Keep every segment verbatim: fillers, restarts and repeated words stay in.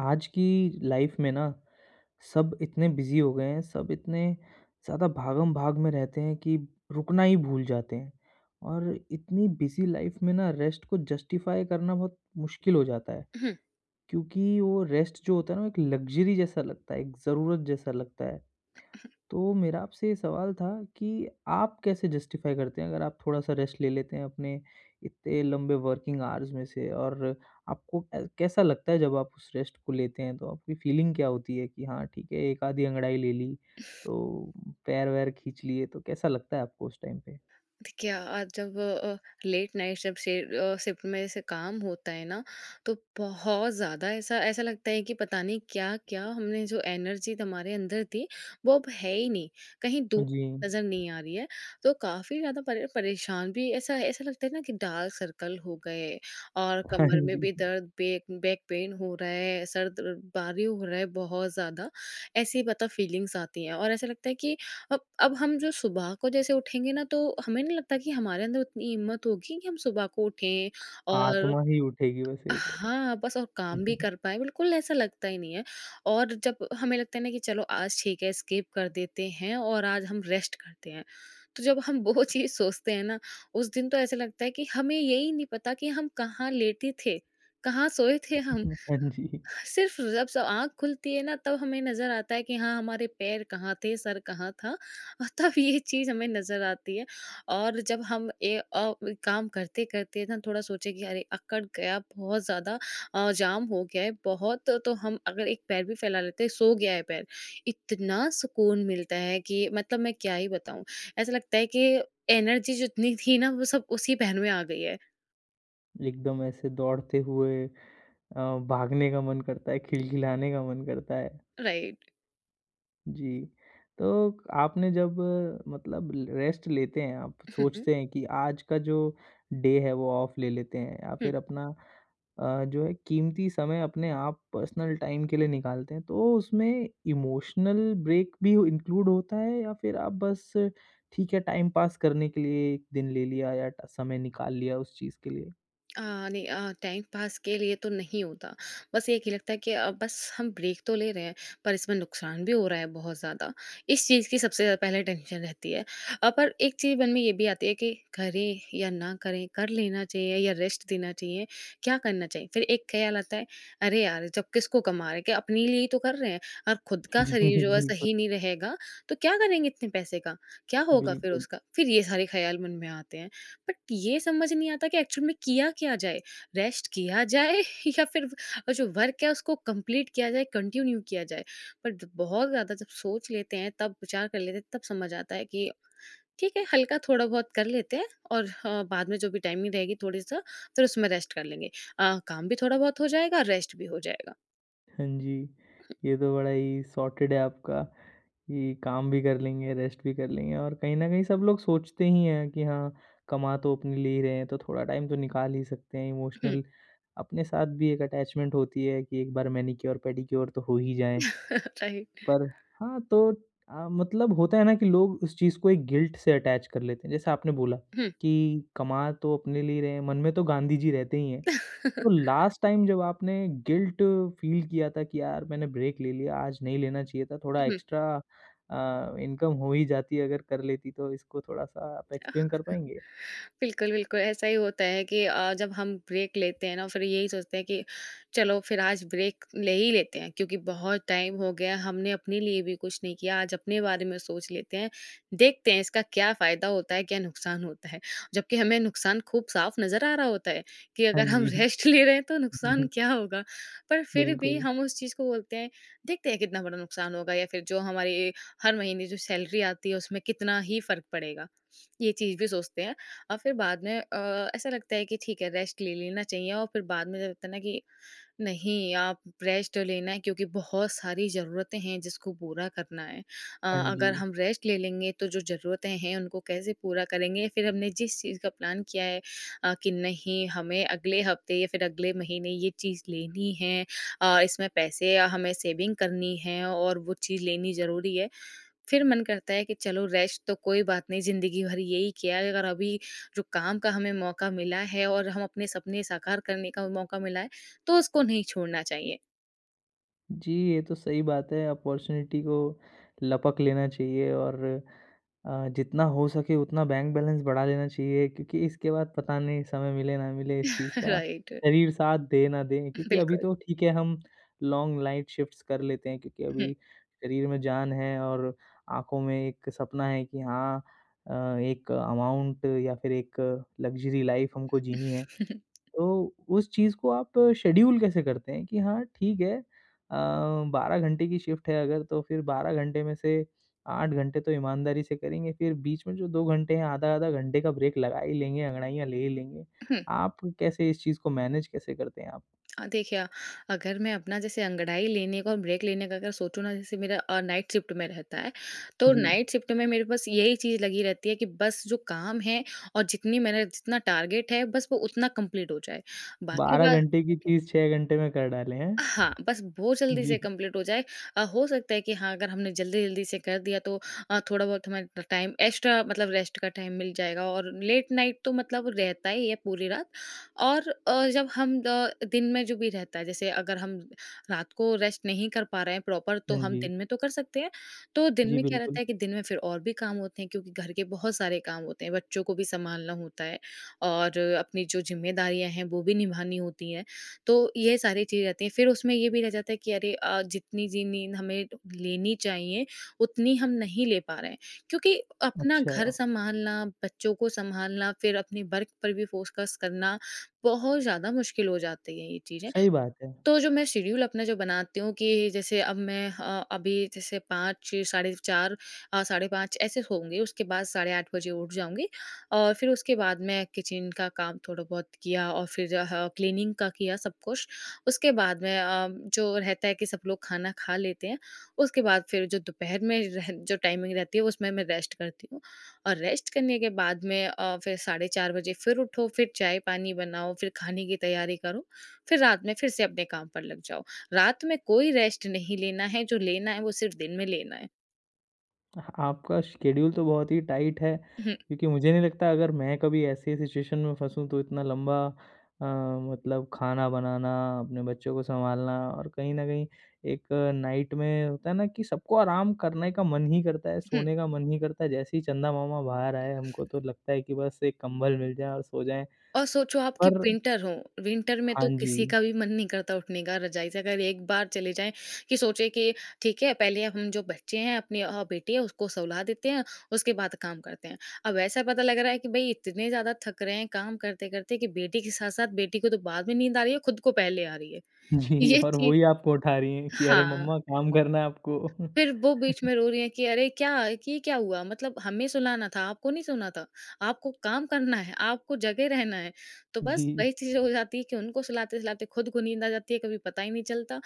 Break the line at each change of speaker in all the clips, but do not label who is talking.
आज की लाइफ में ना सब इतने बिजी हो गए हैं सब इतने ज़्यादा भागम भाग में रहते हैं कि रुकना ही भूल जाते हैं। और इतनी बिजी लाइफ में ना रेस्ट को जस्टिफाई करना बहुत मुश्किल हो जाता है
हुँ,
क्योंकि वो रेस्ट जो होता है ना वो एक लग्जरी जैसा लगता है एक ज़रूरत जैसा लगता है। तो मेरा आपसे ये सवाल था कि आप कैसे जस्टिफ़ाई करते हैं अगर आप थोड़ा-सा रेस्ट ले लेते हैं अपने इतने लंबे वर्किंग आवर्स में से, और आपको अ, कैसा लगता है जब आप उस रेस्ट को लेते हैं, तो आपकी फीलिंग क्या होती है कि हाँ, ठीक है, एक आधी अंगड़ाई ले ली, तो पैर-वैर खींच लिए, तो कैसा लगता है आपको उस टाइम पे?
देखिए आज जब अ, लेट नाइट जब शि अ, शिफ्ट में ऐसे काम होता है ना, तो बहुत ज़्यादा ऐसा ऐसा लगता है कि पता नहीं क्या-क्या हमने जो एनर्जी हमारे अंदर थी, वो अब है ही नहीं, कहीं दूर
जी।
नज़र नहीं आ रही है। तो काफ़ी ज़्यादा परे परेशान भी ऐसा ऐसा लगता है ना कि डार्क सर्कल हो गए और
हाँ
कमर में
जी।
भी दर्द, बेक बैक पेन हो रहा है, सर दर्द भारी हो रहा है बहुत ज़्यादा, ऐसी पता फीलिंग्स आती हैं और ऐसा लगता है कि अब अब हम जो सुबह को जैसे उठेंगे ना, तो हमें नहीं लगता कि हमारे अंदर उतनी हिम्मत होगी कि हम सुबह को उठें और
आत्मा ही उठेगी बस एक।
हाँ, बस और काम भी कर पाएँ, बिल्कुल ऐसा लगता ही नहीं है। और जब हमें लगता है ना कि चलो आज ठीक है, स्किप कर देते हैं और आज हम रेस्ट करते हैं। तो जब हम वो चीज़ सोचते हैं ना, उस दिन तो ऐसा लगता है कि हमें यही नहीं पता कि हम कहाँ लेटे थे, कहाँ सोए थे हम।
हाँ जी।
सिर्फ जब सब आँख खुलती है ना, तब हमें नज़र आता है कि हाँ, हमारे पैर कहाँ थे, सर कहाँ था। अ, तब ये चीज़ हमें नज़र आती है और जब हम ए अ, काम करते-करते ना थोड़ा सोचे कि अरे! अकड़ गया, बहुत ज़्यादा अ, जाम हो गया है बहुत, तो हम अगर एक पैर भी फैला लेते हैं, सो गया है पैर। इतना सुकून मिलता है कि मतलब मैं क्या ही बताऊँ। ऐसा लगता है कि एनर्जी जितनी थी ना, वो सब उसी पैर में आ गई है।
एकदम ऐसे दौड़ते हुए अ, भागने का मन करता है, खिलखिलाने का मन करता है।
राइट।
जी, तो आपने जब अ, मतलब रेस्ट लेते हैं आप,
हुँ, हुँ।
सोचते हैं कि आज का जो डे है वो ऑफ ले लेते हैं या
हुँ।
फिर अपना अ, जो है कीमती समय अपने आप पर्सनल टाइम के लिए निकालते हैं, तो उसमें इमोशनल ब्रेक भी इंक्लूड होता है, या फिर आप बस अ, ठीक है टाइम पास करने के लिए एक दिन ले लिया या ट समय निकाल लिया उस चीज़ के लिए?
अ, नहीं अ, टाइम पास के लिए तो नहीं होता। बस एक ही लगता है कि अ, बस हम ब्रेक तो ले रहे हैं, पर इसमें नुकसान भी हो रहा है बहुत ज़्यादा। इस चीज़ की सबसे ज़्यादा पहले टेंशन रहती है। अ, पर एक चीज़ मन में ये भी आती है कि करें या ना करें, कर लेना चाहिए या रेस्ट देना चाहिए, क्या करना चाहिए? फिर एक ख़्याल आता है, अरे यार! जब किसको कमा रहे हैं, क्या अपने लिए ही तो कर रहे हैं और खुद का शरीर
जी,
जो है
बिल्कुल।
सही नहीं रहेगा, तो क्या करेंगे इतने पैसे का? क्या होगा फिर
बिल्कुल।
उसका? फिर ये सारे ख़्याल मन में आते हैं। बट ये समझ नहीं आता कि एक्चुअल में किया क्या जाए? रेस्ट किया जाए या फिर व जो वर्क है उसको कंप्लीट किया जाए, कंटिन्यू किया जाए। बट बहुत ज़्यादा जब सोच लेते हैं, तब विचार कर लेते हैं, तब समझ आता है कि ठीक है, हल्का थोड़ा-बहुत कर लेते हैं और अ, बाद में जो भी टाइमिंग रहेगी थोड़ी-सा, फिर उसमें रेस्ट कर लेंगे। अ, काम भी थोड़ा-बहुत हो जाएगा, रेस्ट भी हो जाएगा।
हाँ जी, ये तो बड़ा ही सॉर्टेड है आपका कि काम भी कर लेंगे, रेस्ट भी कर लेंगे, और कहीं न कहीं सब लोग सोचते ही हैं कि हाँ, कमा तो अपने लिए ही रहे हैं, तो थोड़ा टाइम तो निकाल ही सकते हैं।
हुँ,
इमोशनल अपने साथ भी एक अटैचमेंट होती है कि एक बार मैनीक्योर, पेडीक्योर तो हो ही जाए।
राइट।
पर हाँ, तो अ, मतलब होता है ना कि लोग उस चीज़ को एक गिल्ट से अटैच कर लेते हैं। जैसे आपने बोला कि कमा तो अपने लिए ही रहे हैं, मन में तो गांधी जी रहते ही हैं। तो लास्ट टाइम जब आपने गिल्ट फील किया था कि यार मैंने ब्रेक ले लिया, आज नहीं लेना चाहिए था, थोड़ा
हुँ।
एक्स्ट्रा अ, इनकम हो ही जाती अगर कर लेती, तो इसको थोड़ा-सा आप एक्सप्लेन कर पाएँगे?
बिल्कुल, बिल्कुल, ऐसा ही होता है कि अ, जब हम ब्रेक लेते हैं ना फिर यही सोचते हैं कि चलो फिर आज ब्रेक ले ही लेते हैं क्योंकि बहुत टाइम हो गया हमने अपने लिए भी कुछ नहीं किया, आज अपने बारे में सोच लेते हैं, देखते हैं इसका क्या फ़ायदा होता है, क्या नुकसान होता है। जबकि हमें नुकसान खूब साफ नज़र आ रहा होता है कि
हाँ
अगर हम
जी।
रेस्ट ले रहे हैं तो नुकसान क्या होगा? पर फिर भी
बिल्कुल।
हम उस चीज़ को बोलते हैं, देखते हैं कितना बड़ा नुकसान होगा या फिर जो हमारी हर महीने जो सैलरी आती है उसमें कितना ही फ़र्क पड़ेगा। ये चीज़ भी सोचते हैं और फिर बाद में अ, ऐसा लगता है कि ठीक है रेस्ट ले लेना चाहिए और फिर बाद में जब लगता है ना कि नहीं आप रेस्ट लेना है क्योंकि बहुत सारी ज़रूरतें हैं जिसको पूरा करना है अ,
हाँ जी।
अगर हम रेस्ट ले लेंगे तो जो ज़रूरतें हैं उनको कैसे पूरा करेंगे फिर हमने जिस चीज़ का प्लान किया है अ, कि नहीं हमें अगले हफ्ते या फिर अगले महीने ये चीज़ लेनी है अ, इसमें पैसे हमें सेविंग करनी है और वो चीज़ लेनी ज़रूरी है फिर मन करता है कि चलो रेस्ट तो कोई बात नहीं, ज़िंदगी भर यही किया है, अगर अभी जो काम का हमें मौका मिला है और हम अपने सपने साकार करने का मौका मिला है, तो उसको नहीं छोड़ना चाहिए।
जी, ये तो सही बात है, अपॉर्च्युनिटी को लपक लेना चाहिए और अ, जितना हो सके उतना बैंक बैलेंस बढ़ा लेना चाहिए क्योंकि इसके बाद पता नहीं समय मिले ना मिले इस चीज़ का,
राइट,
शरीर साथ दे ना दे। क्योंकि अभी
बिल्कुल।
तो ठीक है, हम लॉन्ग नाइट शिफ्ट्स कर लेते हैं क्योंकि
हुँ,
अभी शरीर में जान है और आँखों में एक सपना है कि हाँ, अ, एक अमाउंट या फिर एक लग्ज़री लाइफ़ हमको जीनी है।
हुँ,
तो उस चीज़ को आप शेड्यूल कैसे करते हैं कि हाँ, ठीक है, अ, बारह घंटे की शिफ्ट है अगर, तो फिर बारह घंटे में से आठ घंटे तो ईमानदारी से करेंगे, फिर बीच में जो दो घंटे हैं आधा-आधा घंटे का ब्रेक लगा ही लेंगे, अंगड़ाइयाँ ले ही लेंगे। आप कैसे इस चीज़ को मैनेज कैसे करते हैं आप?
अ, देखिए अगर मैं अपना जैसे अंगड़ाई लेने का और ब्रेक लेने का अगर सोचूँ ना जैसे मेरा अ, नाइट शिफ्ट में रहता है, तो
जी,
नाइट शिफ्ट में मेरे पास यही चीज़ लगी रहती है कि बस जो काम है और जितनी मेरा जितना टारगेट है बस वो उतना कंप्लीट हो जाए। बाकी
बारह
बा
घंटे की चीज़ छह घंटे में कर डालें हैं।
हाँ, बस बहुत जल्दी से
जी,
कंप्लीट हो जाए। अ, हो सकता है कि हाँ, अगर हमने जल्दी-जल्दी से कर दिया तो अ, थोड़ा बहुत हमें ट टाइम एक्स्ट्रा मतलब रेस्ट का टाइम मिल जाएगा और लेट नाइट तो मतलब रहता ही है पूरी रात और अ, जब हम अ, दिन में जो भी रहता है, जैसे अगर हम रात को रेस्ट नहीं कर पा रहे हैं प्रॉपर तो
हाँ
हम
जी।
दिन में तो कर सकते हैं। तो दिन
जी,
में क्या
बिल्कुल।
रहता है कि दिन में फिर और भी काम होते हैं क्योंकि घर के बहुत सारे काम होते हैं, बच्चों को भी सँभालना होता है और अपनी जो ज़िम्मेदारियाँ हैं वो भी निभानी होती हैं। तो ये सारी चीज़ें रहती हैं। फिर उसमें ये भी रह जाता है कि अरे अ, जितनी जी नींद हमें लेनी चाहिए, उतनी हम नहीं ले पा रहे हैं। क्योंकि अपना
अच्छा,
घर सँभालना, बच्चों को सँभालना, फिर अपने वर्क पर भी फोकस करना, बहुत ज़्यादा मुश्किल हो जाती है ये चीज़ें।
सही बात है।
तो जो मैं शेड्यूल अपना जो बनाती हूँ कि जैसे अब मैं अ, अभी जैसे पाँच साढ़े चार अ, साढ़े पाँच ऐसे सोऊँगी, उसके बाद साढ़े आठ बजे उठ जाऊँगी और फिर उसके बाद मैं किचन का काम थोड़ा बहुत किया और फिर ह क्लीनिंग का किया सब कुछ। उसके बाद में अ, जो रहता है कि सब लोग खाना खा लेते हैं, उसके बाद फिर जो दोपहर में रह जो टाइमिंग रहती है उसमें मैं रेस्ट करती हूँ और रेस्ट करने के बाद में अ, फिर साढ़े चार बजे फिर उठो, फिर चाय-पानी बनाओ, फिर खाने की तैयारी करो। फिर रात में फिर से अपने काम पर लग जाओ। रात में कोई रेस्ट नहीं लेना है, जो लेना है वो सिर्फ़ दिन में लेना है।
आपका शेड्यूल तो बहुत ही टाइट है
हुँ,
क्योंकि मुझे नहीं लगता अगर मैं कभी ऐसे सिचुएशन में फंसूँ तो इतना लंबा अ, मतलब खाना बनाना, अपने बच्चों को सँभालना, और कहीं न कहीं एक नाइट में होता है ना कि सबको आराम करने का मन ही करता है,
हुँ।
सोने का मन ही करता है। जैसे ही चंदा मामा बाहर आए हमको तो लगता है कि बस एक कंबल मिल जाए और सो जाएँ।
और सोचो आप कि
पर
विंटर हो, विंटर में
हाँ
तो
जी।
किसी का भी मन नहीं करता उठने का रज़ाई से अगर एक बार चले जाएँ कि सोचे कि ठीक है पहले हम जो बच्चे हैं अपनी अ, बेटी है उसको सुला देते हैं, उसके बाद काम करते हैं। अब ऐसा पता लग रहा है कि भई इतने ज़्यादा थक रहे हैं काम करते-करते कि बेटी के साथ-साथ बेटी को तो बाद में नींद आ रही है, खुद को पहले आ रही है।
जी,
ये
और वो
चीज़
ही आपको उठा रही हैं कि अरे
हाँ।
मम्मा काम करना है आपको।
फिर वो बीच में रो रही हैं कि अरे क्या ये क्या हुआ? मतलब हमें सुलाना था, आपको नहीं सुना था। आपको काम करना है, आपको जगे रहना है। तो बस
जी।
वही चीज़ हो जाती है कि उनको सुलाते-सुलाते खुद को नींद आ जाती है, कभी पता ही नहीं चलता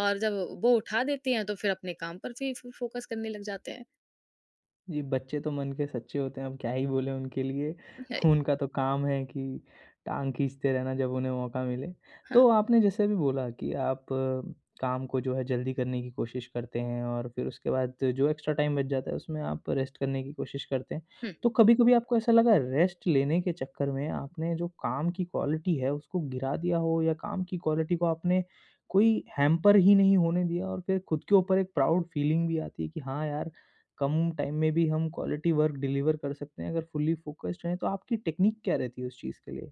और जब वो उठा देती हैं तो फिर अपने काम पर फिर फो फोकस करने लग जाते हैं।
जी, बच्चे तो मन के सच्चे होते हैं, अब क्या ही बोलें उनके लिए।
है
उनका तो काम है कि टाँग खींचते रहना जब उन्हें मौका मिले।
हाँ।
तो आपने जैसे अभी बोला कि आप अ, काम को जो है जल्दी करने की कोशिश करते हैं और फिर उसके बाद जो एक्स्ट्रा टाइम बच जाता है उसमें आप रेस्ट करने की कोशिश करते हैं।
हुँ।
तो कभी-कभी आपको ऐसा लगा रेस्ट लेने के चक्कर में आपने जो काम की क्वालिटी है उसको गिरा दिया हो, या काम की क्वालिटी को आपने कोई हैम्पर ही नहीं होने दिया और फिर खुद के ऊपर एक प्राउड फीलिंग भी आती है कि हाँ यार, कम टाइम में भी हम क्वालिटी वर्क डिलीवर कर सकते हैं, अगर फुल्ली फोकस्ड हैं, तो आपकी टेक्निक क्या रहती है उस चीज़ के लिए?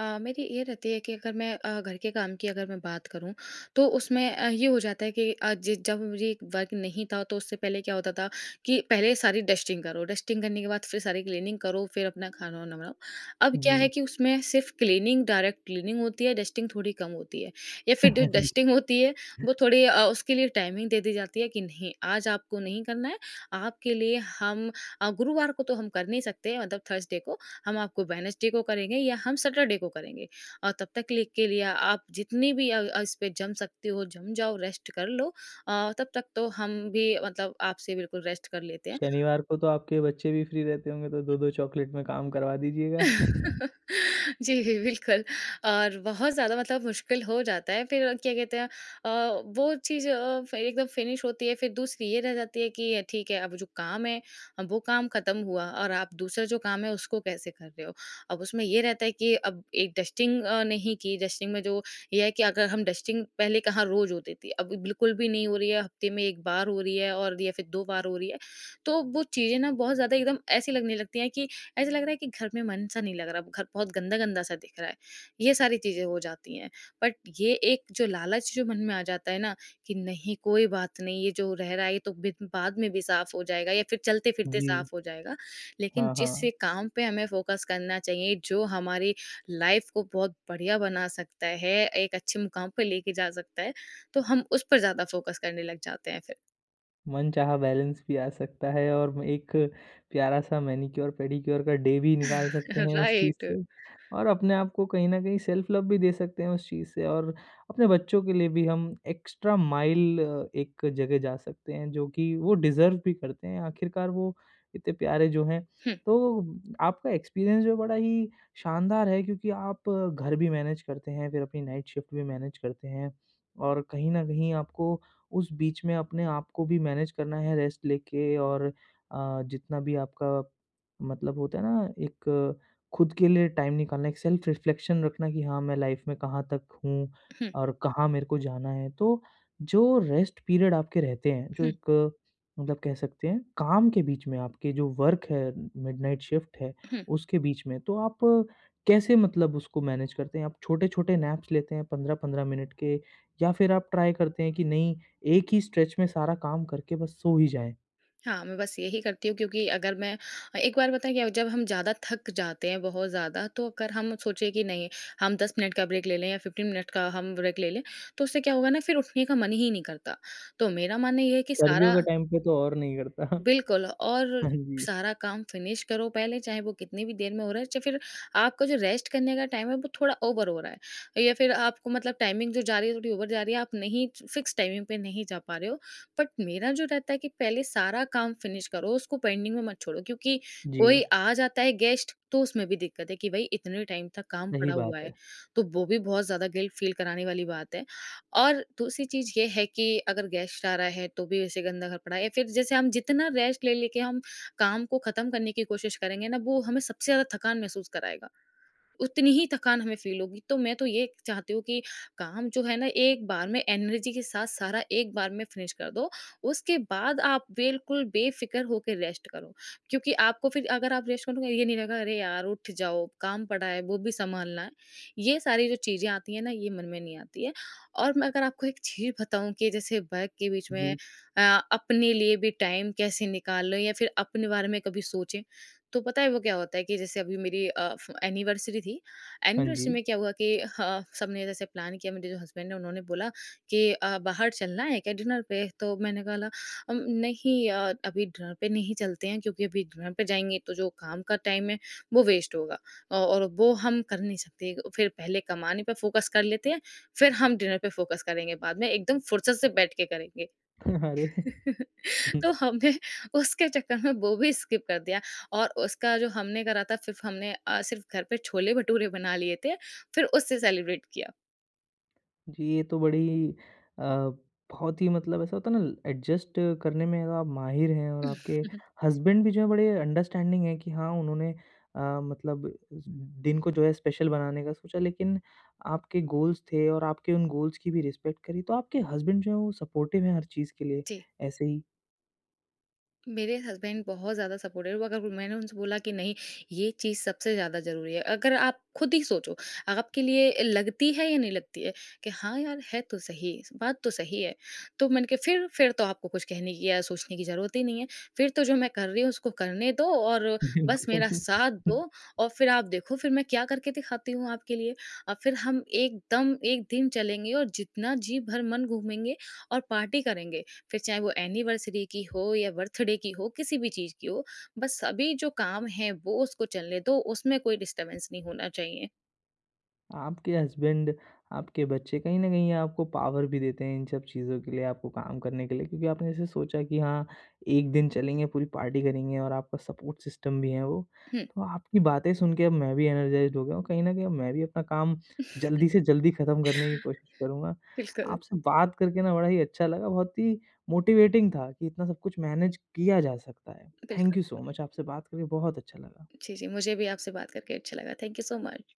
अ, मेरी ये रहती है कि अगर मैं अ, घर के काम की अगर मैं बात करूँ तो उसमें अ, ये हो जाता है कि अ, जि- जब मुझे वर्क नहीं था तो उससे पहले क्या होता था कि पहले सारी डस्टिंग करो डस्टिंग करने के बाद फिर सारी क्लीनिंग करो फिर अपना खाना वाना बनाओ अब क्या
जी।
है कि उसमें सिर्फ क्लीनिंग डायरेक्ट क्लीनिंग होती है डस्टिंग थोड़ी कम होती है या फिर जो
हाँ जी।
डस्टिंग होती है वो थोड़ी अ, उसके लिए टाइमिंग दे दी जाती है कि नहीं आज आपको नहीं करना है आपके लिए हम अ, गुरुवार को तो हम कर नहीं सकते मतलब थर्सडे को हम आपको वेडनेसडे को करेंगे या हम सैटरडे को करेंगे और तब तक ले के लिए आप जितनी भी अ, अ, इस पे जम सकती हो जम जाओ रेस्ट कर लो अ, तब तक तो हम भी मतलब आपसे बिल्कुल रेस्ट कर लेते हैं
शनिवार को तो आपके बच्चे भी फ्री रहते होंगे, तो दो दो चॉकलेट में काम करवा दीजिएगा।
जी, जी, बिल्कुल और बहुत ज़्यादा मतलब मुश्किल हो जाता है फिर क्या कहते हैं अ, वो चीज़ अ, फ एकदम फिनिश होती है, फिर दूसरी ये रह जाती है कि ठीक है अब जो काम है, अब वो काम खत्म हुआ और आप दूसरा जो काम है उसको कैसे कर रहे हो? अब उसमें ये रहता है कि अब एक डस्टिंग अ, नहीं की, डस्टिंग में जो ये है कि अगर हम डस्टिंग पहले कहाँ रोज़ होती थी, अब बिल्कुल भी नहीं हो रही है, हफ्ते में एक बार हो रही है और या फिर दो बार हो रही है। तो वो चीज़ें ना बहुत ज़्यादा एकदम ऐसी लगने लगती हैं कि ऐसा लग रहा है कि घर में मन सा नहीं लग रहा, घर बहुत गंदा-गंदा सा दिख रहा है। ये सारी चीज़ें हो जाती हैं। बट ये एक जो लालच जो मन में आ जाता है ना, कि नहीं कोई बात नहीं, ये जो रह रहा है ये तो बिद बाद में भी साफ़ हो जाएगा या फिर चलते-फिरते
जी।
साफ़ हो जाएगा। लेकिन
हाँ,
जिस
हाँ।
ये काम पे हमें फ़ोकस करना चाहिए, जो हमारी लाइफ़ को बहुत बढ़िया बना सकता है, एक अच्छे मुकाम पे लेके जा सकता है, तो हम उस पर ज़्यादा फ़ोकस करने लग जाते हैं फिर।
मनचाहा बैलेंस भी आ सकता है और म एक प्यारा-सा मैनीक्योर, पेडीक्योर का डे भी निकाल सकते हैं उस चीज़
राइट।
से, और अपने आप को कहीं न कहीं सेल्फ लव भी दे सकते हैं उस चीज़ से, और अपने बच्चों के लिए भी हम एक्स्ट्रा माइल एक जगह जा सकते हैं, जो कि वो डिज़र्व भी करते हैं। आखिरकार वो इतने प्यारे जो हैं।
हुँ,
तो आपका एक्सपीरियंस जो बड़ा ही शानदार है क्योंकि आप घर भी मैनेज करते हैं, फिर अपनी नाइट शिफ्ट भी मैनेज करते हैं, और कहीं न कहीं आपको उस बीच में अपने आप को भी मैनेज करना है रेस्ट लेके, और अ, जितना भी आपका मतलब होता है ना एक खुद के लिए टाइम निकालना, एक सेल्फ रिफ्लेक्शन रखना कि हाँ, मैं लाइफ में कहाँ तक हूँ
हुँ,
और कहाँ मेरे को जाना है। तो जो रेस्ट पीरियड आपके रहते हैं, जो
हुँ,
एक मतलब कह सकते हैं काम के बीच में आपके जो वर्क है, मिडनाइट शिफ्ट है,
हुँ।
उसके बीच में तो आप कैसे मतलब उसको मैनेज करते हैं? आप छोटे-छोटे नैप्स लेते हैं पंद्रह पंद्रह मिनट के, या फिर आप ट्राई करते हैं कि नहीं एक ही स्ट्रेच में सारा काम करके बस सो ही जाएँ।
हाँ, मैं बस यही करती हूँ क्योंकि अगर मैं एक बार, पता है क्या, जब हम ज़्यादा थक जाते हैं, बहुत ज़्यादा, तो अगर हम सोचे कि नहीं, हम दस मिनट का ब्रेक ले लें या फ़िफ़्टीन मिनट का हम ब्रेक ले लें, तो उससे क्या होगा ना, फिर उठने का मन ही नहीं करता। तो मेरा मानना ये है कि
सर्दियों
सारा।
के टाइम पे तो और नहीं करता।
बिल्कुल। और
हाँ जी।
सारा काम फिनिश करो पहले, चाहे वो कितनी भी देर में हो रहा है, चाहे फिर आपका जो रेस्ट करने का टाइम है, वो थोड़ा ओवर हो रहा है या फिर आपको मतलब टाइमिंग जो जा रही है, थोड़ी ओवर जा रही है, आप नहीं फिक्स टाइमिंग पे नहीं जा पा रहे हो। बट मेरा जो रहता है कि पहले सारा काम फिनिश करो, उसको पेंडिंग में मत छोड़ो, क्योंकि
जी,
कोई आ जाता है गेस्ट, तो उसमें भी दिक्कत है कि भई इतने टाइम तक काम
सही
पड़ा
बात
हुआ
है।
है, तो वो भी बहुत ज़्यादा गिल्ट फील कराने वाली बात है। और दूसरी चीज़ ये है कि अगर गेस्ट आ रहा है तो भी वैसे गंदा घर पड़ा है, या फिर जैसे हम जितना रेस्ट ले लेके हम काम को खत्म करने की कोशिश करेंगे ना, वो हमें सबसे ज्यादा थकान महसूस कराएगा, उतनी ही थकान हमें फील होगी। तो मैं तो ये चाहती हूँ कि काम जो है ना, एक बार में एनर्जी के साथ सारा एक बार में फिनिश कर दो। उसके बाद आप बिल्कुल बेफ़िक्र होके रेस्ट करो। क्योंकि आपको फिर, अगर आप रेस्ट करोगे, ये नहीं लगेगा अरे यार उठ जाओ, काम पड़ा है, वो भी सँभालना है। ये सारी जो चीज़ें आती हैं ना, ये मन में नहीं आती है। और मैं अगर आपको एक चीज़ बताऊँ, कि जैसे वर्क के बीच में
जी,
अ, अपने लिए भी टाइम कैसे निकालें या फिर अपने बारे में कभी सोचें। तो पता है वो क्या होता है कि जैसे अभी मेरी अ, फ एनिवर्सरी थी।
हाँ
एनिवर्सरी
जी।
में क्या हुआ कि ह सबने जैसे प्लान किया, मेरे जो हस्बैंड हैं उन्होंने बोला कि अ, बाहर चलना है क्या डिनर पे? तो मैंने बोला, अम, नहीं, अ, अभी डिनर पे नहीं चलते हैं, क्योंकि अभी डिनर पे जाएँगे तो जो काम का टाइम है वो वेस्ट होगा। अ, और वो हम कर नहीं सकते, फिर पहले कमाने पे फ़ोकस कर लेते हैं, फिर हम डिनर पे फ़ोकस करेंगे बाद में, एकदम फ़ुर्सत से बैठ के करेंगे।
अरे!
तो हमने उसके चक्कर में वो भी स्किप कर दिया, और उसका जो हमने करा था, सिर्फ़ हमने अ, सिर्फ़ घर पे छोले-भटूरे बना लिए थे, फिर उससे सेलिब्रेट किया।
जी, ये तो बड़ी अ, बहुत ही मतलब ऐसा होता है ना एडजस्ट करने में आप माहिर हैं, और आपके हस्बैंड भी जो है बड़े अंडरस्टैंडिंग हैं कि हाँ, उन्होंने अ, मतलब दिन को जो है स्पेशल बनाने का सोचा, लेकिन आपके गोल्स थे और आपके उन गोल्स की भी रिस्पेक्ट करी। तो आपके हस्बैंड जो है वो सपोर्टिव हैं हर चीज़ के लिए,
जी।
ऐसे ही?
मेरे हस्बैंड बहुत ज़्यादा सपोर्टिव है, वो अगर मैंने उनसे बोला कि नहीं, ये चीज़ सबसे ज़्यादा ज़रूरी है, अगर आप खुद ही सोचो, आपके लिए लगती है या नहीं लगती है? कि हाँ यार, है तो सही, बात तो सही है। तो मैंने कहा, फिर फिर तो आपको कुछ कहने की या सोचने की ज़रूरत ही नहीं है। फिर तो जो मैं कर रही हूँ उसको करने दो, और बस
बिल्कुल।
मेरा साथ दो, और फिर आप देखो, फिर मैं क्या करके दिखाती हूँ आपके लिए। और फिर हम एकदम एक दिन चलेंगे और जितना जी भर मन घूमेंगे और पार्टी करेंगे। फिर चाहे वो एनिवर्सरी की हो या बर्थडे की हो, किसी भी चीज़ की हो, बस सभी जो काम हैं वो उसको चलने दो, उसमें कोई डिस्टर्बेंस नहीं होना चाहिए।
आपके हस्बैंड, आपके बच्चे कहीं न कहीं आपको पावर भी देते हैं इन सब चीज़ों के लिए, आपको काम करने के लिए, क्योंकि आपने जैसे सोचा कि हाँ, एक दिन चलेंगे, पूरी पार्टी करेंगे, और आपका सपोर्ट सिस्टम भी है वो।
हुँ।
तो आपकी बातें सुन के अब मैं भी एनर्जाइज़्ड हो गया हूँ, कहीं न कहीं अब मैं भी अपना काम जल्दी से जल्दी खत्म करने की कोशिश करूँगा।
बिल्कुल।
आपसे बात करके ना बड़ा ही अच्छा लगा, बहुत ही मोटिवेटिंग था कि इतना सब कुछ मैनेज किया जा सकता है। थैंक
बिल्कुल।
यू सो मच, आपसे बात करके बहुत अच्छा लगा।
जी, जी, मुझे भी आपसे बात करके अच्छा लगा। Thank you so much.